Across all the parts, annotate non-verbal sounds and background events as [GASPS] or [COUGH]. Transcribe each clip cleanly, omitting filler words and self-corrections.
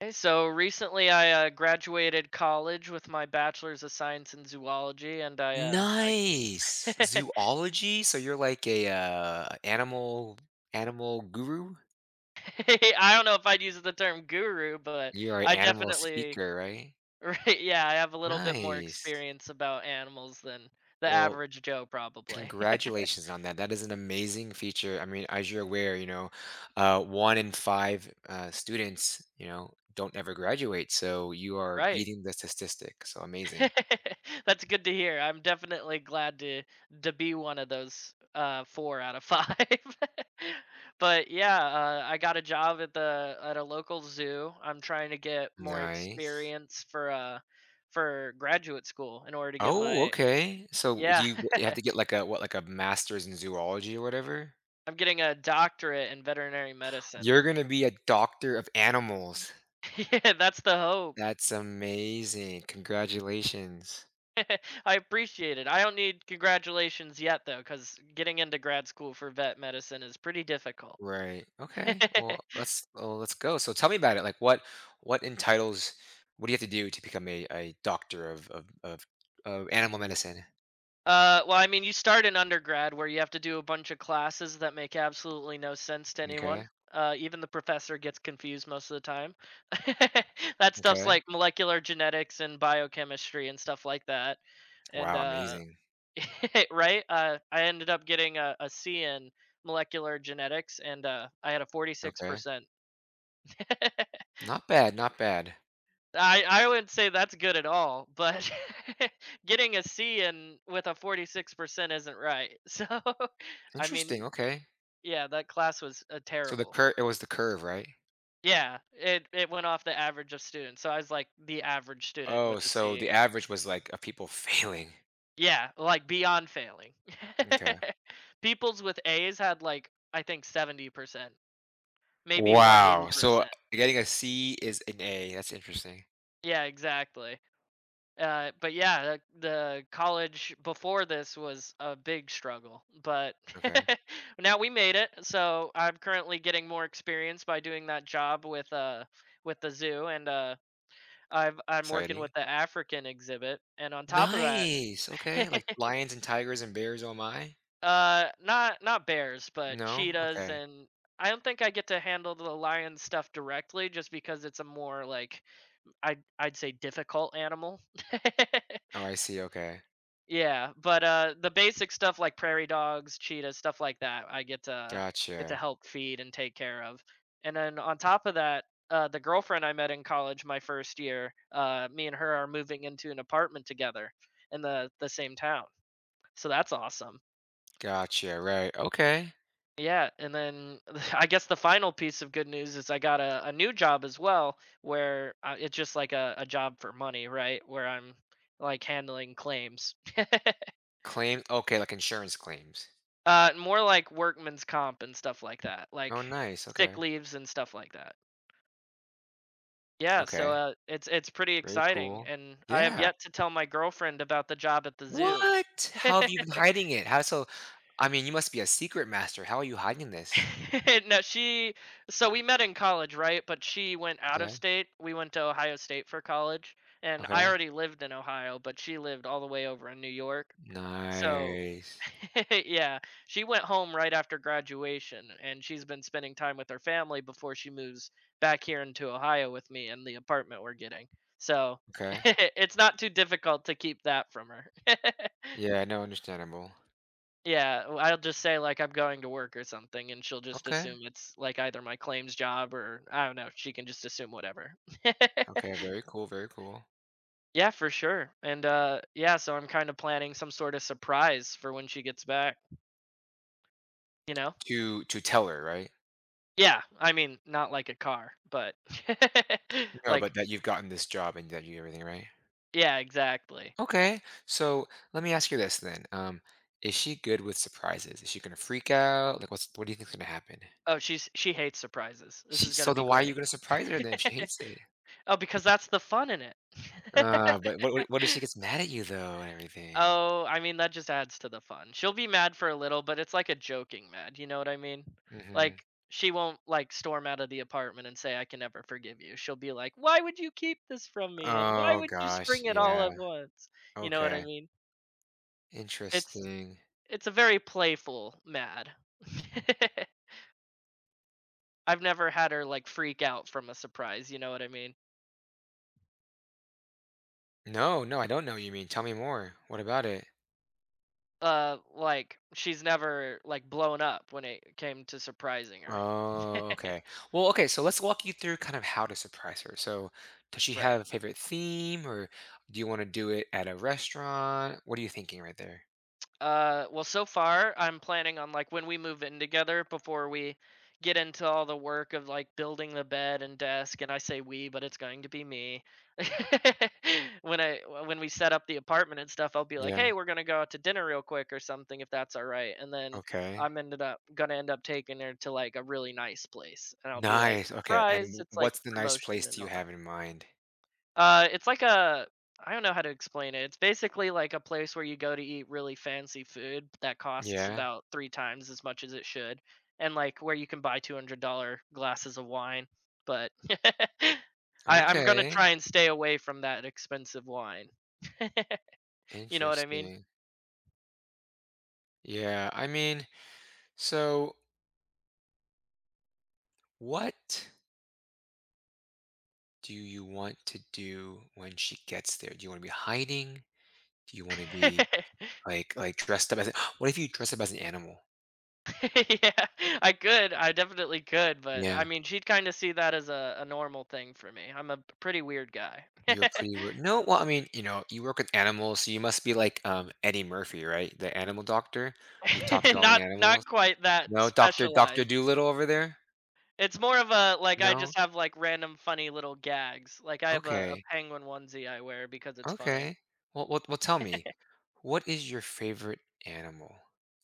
Hey, so recently I graduated college with my bachelor's of science in zoology, Nice! I, [LAUGHS] Zoology? So you're like a animal guru? I don't know if I'd use the term guru, but You're an I animal definitely, speaker, right? [LAUGHS] right, yeah, I have a little bit more Nice. experience about animals than the Well, average Joe, probably. congratulations on that. That is an amazing feature. I mean, as you're aware, you know, 1 in 5, students, you know, don't ever graduate, so you [LAUGHS] are Right. beating the statistic, so amazing. [LAUGHS] That's good to hear. I'm definitely glad to be one of those four out of five. [LAUGHS] But yeah, I got a job at the at a local zoo. I'm trying to get more Nice. experience for graduate school in order to get Oh, my okay. So do yeah. you [LAUGHS] you have to get like a what, like a master's in zoology or whatever? I'm getting a doctorate in veterinary medicine. You're gonna be a doctor of animals. [LAUGHS] Yeah, that's the hope. That's amazing. Congratulations. [LAUGHS] I appreciate it. I don't need congratulations yet though, because getting into grad school for vet medicine is pretty difficult. Right. Okay. Well, [LAUGHS] let's well, let's go. So tell me about it. Like what entitles what do you have to do to become a doctor of, of of animal medicine? Well, I mean, you start in undergrad where you have to do a bunch of classes that make absolutely no sense to anyone. Okay. Even the professor gets confused most of the time. [LAUGHS] That stuff's Okay. like molecular genetics and biochemistry and stuff like that. And Wow, amazing. [LAUGHS] right, I ended up getting a C in molecular genetics, and I had a forty-six Okay. percent. [LAUGHS] Not bad, not bad. I wouldn't say that's good at all, but [LAUGHS] getting a C in with a 46% isn't right. So. [LAUGHS] I Interesting. mean, Okay. yeah, that class was, So terrible. The curve, right? Yeah, it went off the average of students, so I was, like, the average student Oh, with a so C. the average was like of people [LAUGHS] failing. Yeah, like, beyond failing. Okay. [LAUGHS] People's with A's had, like, I think 70%, maybe Wow. So 180%. getting a C is an A. That's interesting. Yeah, exactly. But yeah, the college before this was a big struggle, but Okay. [LAUGHS] now we made it, so I'm currently getting more experience by doing that job with the zoo, and, I'm working Exciting. with the African exhibit, and on top of that, Nice. Okay. Like [LAUGHS] lions and tigers and bears, oh my? Not not bears, but No? cheetahs, Okay. and I don't think I get to handle the lion stuff directly, just because it's a more like I'd say difficult animal. [LAUGHS] Oh, I see. Okay. Yeah, but, the basic stuff like prairie dogs, cheetahs, stuff like that, I get to Gotcha. help feed and take care of. And then on top of that, the girlfriend I met in college my first year, me and her are moving into an apartment together in the same town. So that's awesome. Gotcha. Right. Okay. Yeah, and then [LAUGHS] I guess the final piece of good news is I got a new job as well, where it's just like a job for money, right? Where I'm like handling claims. Claim. Okay. Like insurance claims. More like workman's comp and stuff like that, like Oh, nice. sick Okay. leaves and stuff like that. Yeah, so, Okay. It's pretty Very exciting, cool. and I have Yeah. yet to tell my girlfriend about the job at the zoo. What? How have you [LAUGHS] been hiding it? How so? I mean, you must be a secret master. How are you hiding this? No, she so we met in college, right? But she went out of Yeah. state. We went to Ohio State for college, and I Okay. already lived in Ohio, but she lived all the way over in New York. So Nice. [LAUGHS] yeah, she went home right after graduation, and she's been spending time with her family before she moves back here into Ohio with me and the apartment we're getting. So Okay. [LAUGHS] it's not too difficult to keep that from her. [LAUGHS] Yeah, no, understandable. Yeah, I'll just say like I'm going to work or something, and she'll just Okay. assume it's like either my claims job or I don't know. She can just assume whatever. Okay, very cool, very cool. [LAUGHS] Yeah, for sure. And Yeah, so I'm kind of planning some sort of surprise for when she gets back. You know. To tell her, right? Yeah, I mean, not like a car, but [LAUGHS] No, but like that you've gotten this job and that you everything, right? yeah, exactly. Okay. So let me ask you this then. Is she good with surprises? Is she gonna freak out? Like what do you think's gonna happen? Oh, she hates surprises. This She is gonna so be then why are you great. gonna surprise her then if she hates it? Oh, because that's the fun in it. [LAUGHS] But what if she gets mad at you though and everything? Oh, I mean, that just adds to the fun. She'll be mad for a little, but it's like a joking mad, you know what I mean? Mm-hmm. Like she won't like storm out of the apartment and say, "I can never forgive you." She'll be like, "Why would you keep this from me? And why Oh would you gosh, spring it all yeah. at once?" You know what I Okay. mean? It's Interesting. it's a very playful mad. [LAUGHS] I've never had her like freak out from a surprise, you know what I mean? No, no, I don't know what you mean. Tell me more. What about it? Like she's never like blown up when it came to surprising her. Oh, okay. Well, okay, so let's walk you through kind of how to surprise her. So, does she Right. have a favorite theme or do you want to do it at a restaurant? What are you thinking right there? Well, so far I'm planning on like when we move in together before we get into all the work of like building the bed and desk and I say we, but it's going to be me. [LAUGHS] when I when we set up the apartment and stuff, I'll be like, Yeah. "Hey, we're going to go out to dinner real quick or something if that's all right." And then Okay. I'm ended up going to end up taking her to like a really nice place and I'll be like, Nice. Okay. And "Surprise, it's like what's the nice place promotion do and you all that." have in mind? It's like a I don't know how to explain it. It's basically like a place where you go to eat really fancy food that costs Yeah. about three times as much as it should, and like where you can buy $200 glasses of wine. But [LAUGHS] I'm gonna Okay. try and stay away from that expensive wine. You know what I mean? Interesting. Yeah. I mean, so what do you want to do when she gets there? Do you want to be hiding? Do you want to be [LAUGHS] like dressed up as a, [GASPS] what if you dress up as an animal? Yeah, I could. I definitely could. But I Yeah. mean, she'd kind of see that as a normal thing for me. I'm a pretty weird guy. [LAUGHS] You're pretty weird. No, well, I mean, you know, you work with animals, so you must be like Eddie Murphy, right? The animal doctor who talked [LAUGHS] to all the Not animals. not quite that No, Doctor specialized. Doolittle over there. It's more of a like I No. just have like random funny little gags. Like I have a Okay. penguin onesie I wear because it's funny. Okay. Well, well, well, tell me, what is your favorite animal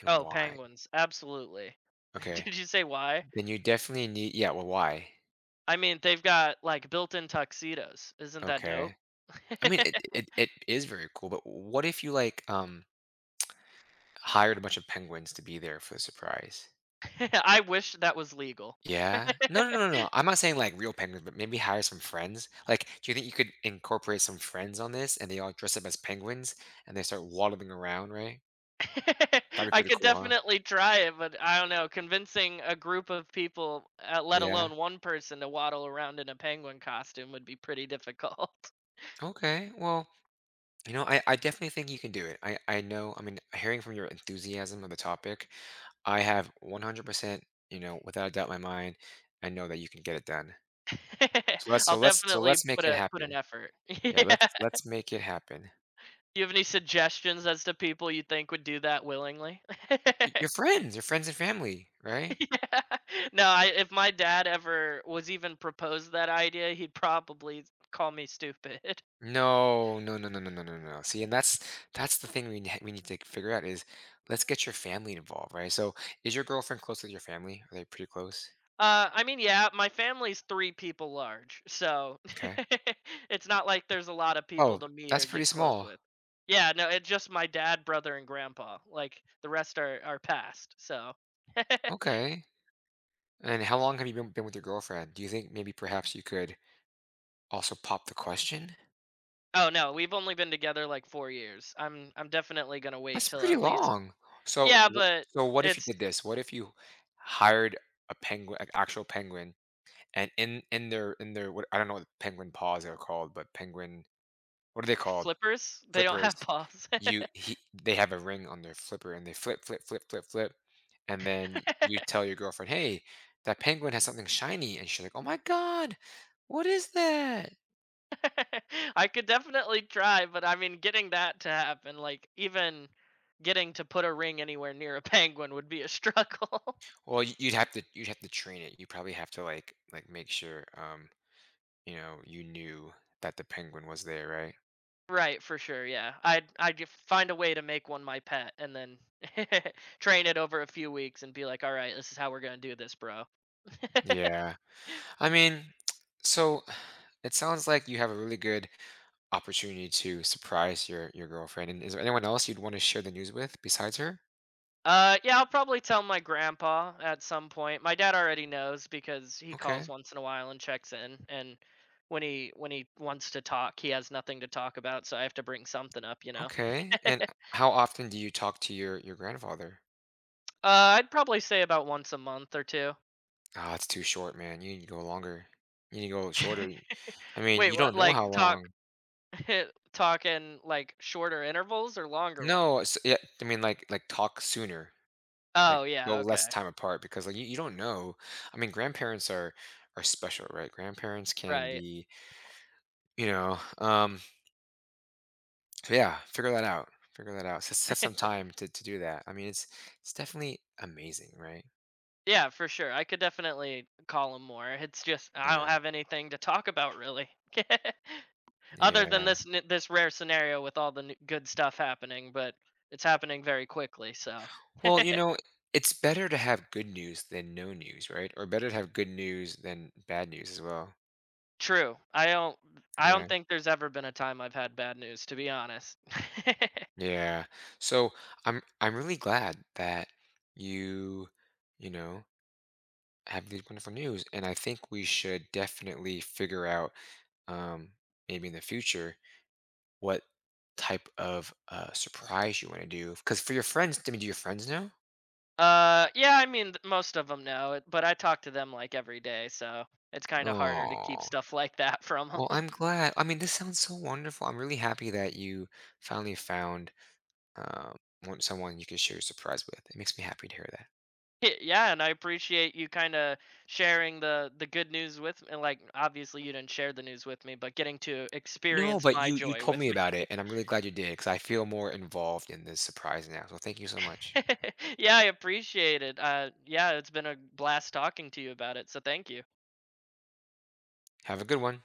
and Oh, why? penguins, absolutely. [LAUGHS] Okay. Did you say why? Then you definitely need. Yeah. Well, why? I mean, they've got like built-in tuxedos. Isn't that dope? Okay. I [LAUGHS] mean, it is very cool, but what if you like hired a bunch of penguins to be there for the surprise? I wish that was legal. Yeah. No, no, no, no, no. I'm not saying like real penguins, but maybe hire some friends. Like, do you think you could incorporate some friends on this and they all dress up as penguins and they start waddling around, right? That'd [LAUGHS] be I pretty could cool, huh? definitely try it, but I don't know. Convincing a group of people, let Yeah. alone one person, to waddle around in a penguin costume would be pretty difficult. Okay. Well, you know, I definitely think you can do it. I know, I mean, hearing from your enthusiasm of the topic, I have 100%, you know, without a doubt in my mind, I know that you can get it done. [LAUGHS] So I'll let's definitely make put it a put an happen. effort. [LAUGHS] Yeah. Yeah. Let's make it happen. Do you have any suggestions as to people you think would do that willingly? [LAUGHS] Your friends and family, right? Yeah. No, I if my dad ever was even proposed that idea, he'd probably call me stupid. [LAUGHS] No, no, no, no, no, no, no, no. See, and that's the thing we need to figure out is let's get your family involved, right? So, is your girlfriend close with your family? Are they pretty close? I mean, yeah, my family's three people large, so Okay. [LAUGHS] it's not like there's a lot of people Oh, to meet that's or pretty get close small. with. Yeah, no, it's just my dad, brother, and grandpa. Like the rest are past, so [LAUGHS] Okay. And how long have you been with your girlfriend? Do you think maybe perhaps you could also pop the question? Oh no, we've only been together like four years. I'm definitely gonna wait That's till pretty at least long. So, yeah, wh- but so what if you it's did this? What if you hired a penguin, an actual penguin, and in their what I don't know what penguin paws are called, but penguin what are they called? flippers, they don't have Flippers, paws. you he they have a ring on their flipper and they flip, flip, flip, flip, flip, and then you [LAUGHS] tell your girlfriend, "Hey, that penguin has something shiny," and she's like, "Oh my god, what is that?" I could definitely try, but I mean getting that to happen, like even getting to put a ring anywhere near a [LAUGHS] penguin would be a struggle. [LAUGHS] Well, you'd have to train it. You probably have to make sure you know you knew that the penguin was there, right? Right, for sure, yeah. I'd find a way to make one my pet and then [LAUGHS] train it over a few weeks and be like, "All right, this is how we're gonna do this, bro." [LAUGHS] Yeah, I mean, [TSK] so [SIGHS] it sounds like you have a really good opportunity to surprise your girlfriend. And is there anyone else you'd want to share the news with besides her? Yeah, I'll probably tell my grandpa at some point. My dad already knows because he calls Okay. once in a while and checks in. And when he wants to talk, he has nothing to talk about, so I have to bring something up, you know. Okay. And how often do you talk to your grandfather? I'd probably say about once a month or two. Ah, it's too short, man. You need to go longer. You need to go shorter. [LAUGHS] I mean, Wait, you don't what? know Like how talk, long. [LAUGHS] talk in like shorter intervals or longer ones? No, it's, yeah, I mean, like talk sooner. Oh Like go yeah, less okay, time apart because like you don't know. I mean, grandparents are special, right? Grandparents can right. be, you know, so yeah, figure that out. Figure that out. Set some [LAUGHS] time to do that. I mean, it's definitely amazing, right? Yeah, for sure. I could definitely call him more. It's just I don't Yeah. have anything to talk about really. [LAUGHS] Other Yeah. than this this rare scenario with all the good stuff happening, but it's happening very quickly, so. Well, [LAUGHS] you know, it's better to have good news than no news, right? Or better to have good news than bad news as well. True. I don't Yeah. think there's ever been a time I've had bad news to be honest. [LAUGHS] Yeah. So I'm really glad that you, you know, have these wonderful news. And I think we should definitely figure out um maybe in the future what type of surprise you want to do. Because for your friends, I mean, do your friends know? Yeah, I mean most of them know, but I talk to them like every day, so it's kind of harder to keep Oh. stuff [LAUGHS] like that from Well, them. I'm glad. I mean, this sounds so wonderful. I'm really happy that you finally found um, want someone you can share your surprise with. It makes me happy to hear that. [LAUGHS] Yeah, and I appreciate you kind of sharing the good news with me. Like obviously you didn't share the news with me, but getting to No, experience but my you joy told with me me. about it, and I'm really glad you did because I feel more involved in this surprise now. So thank you so much. [LAUGHS] Yeah, I appreciate it. Yeah, it's been a blast talking to you about it. So thank you. Have a good one.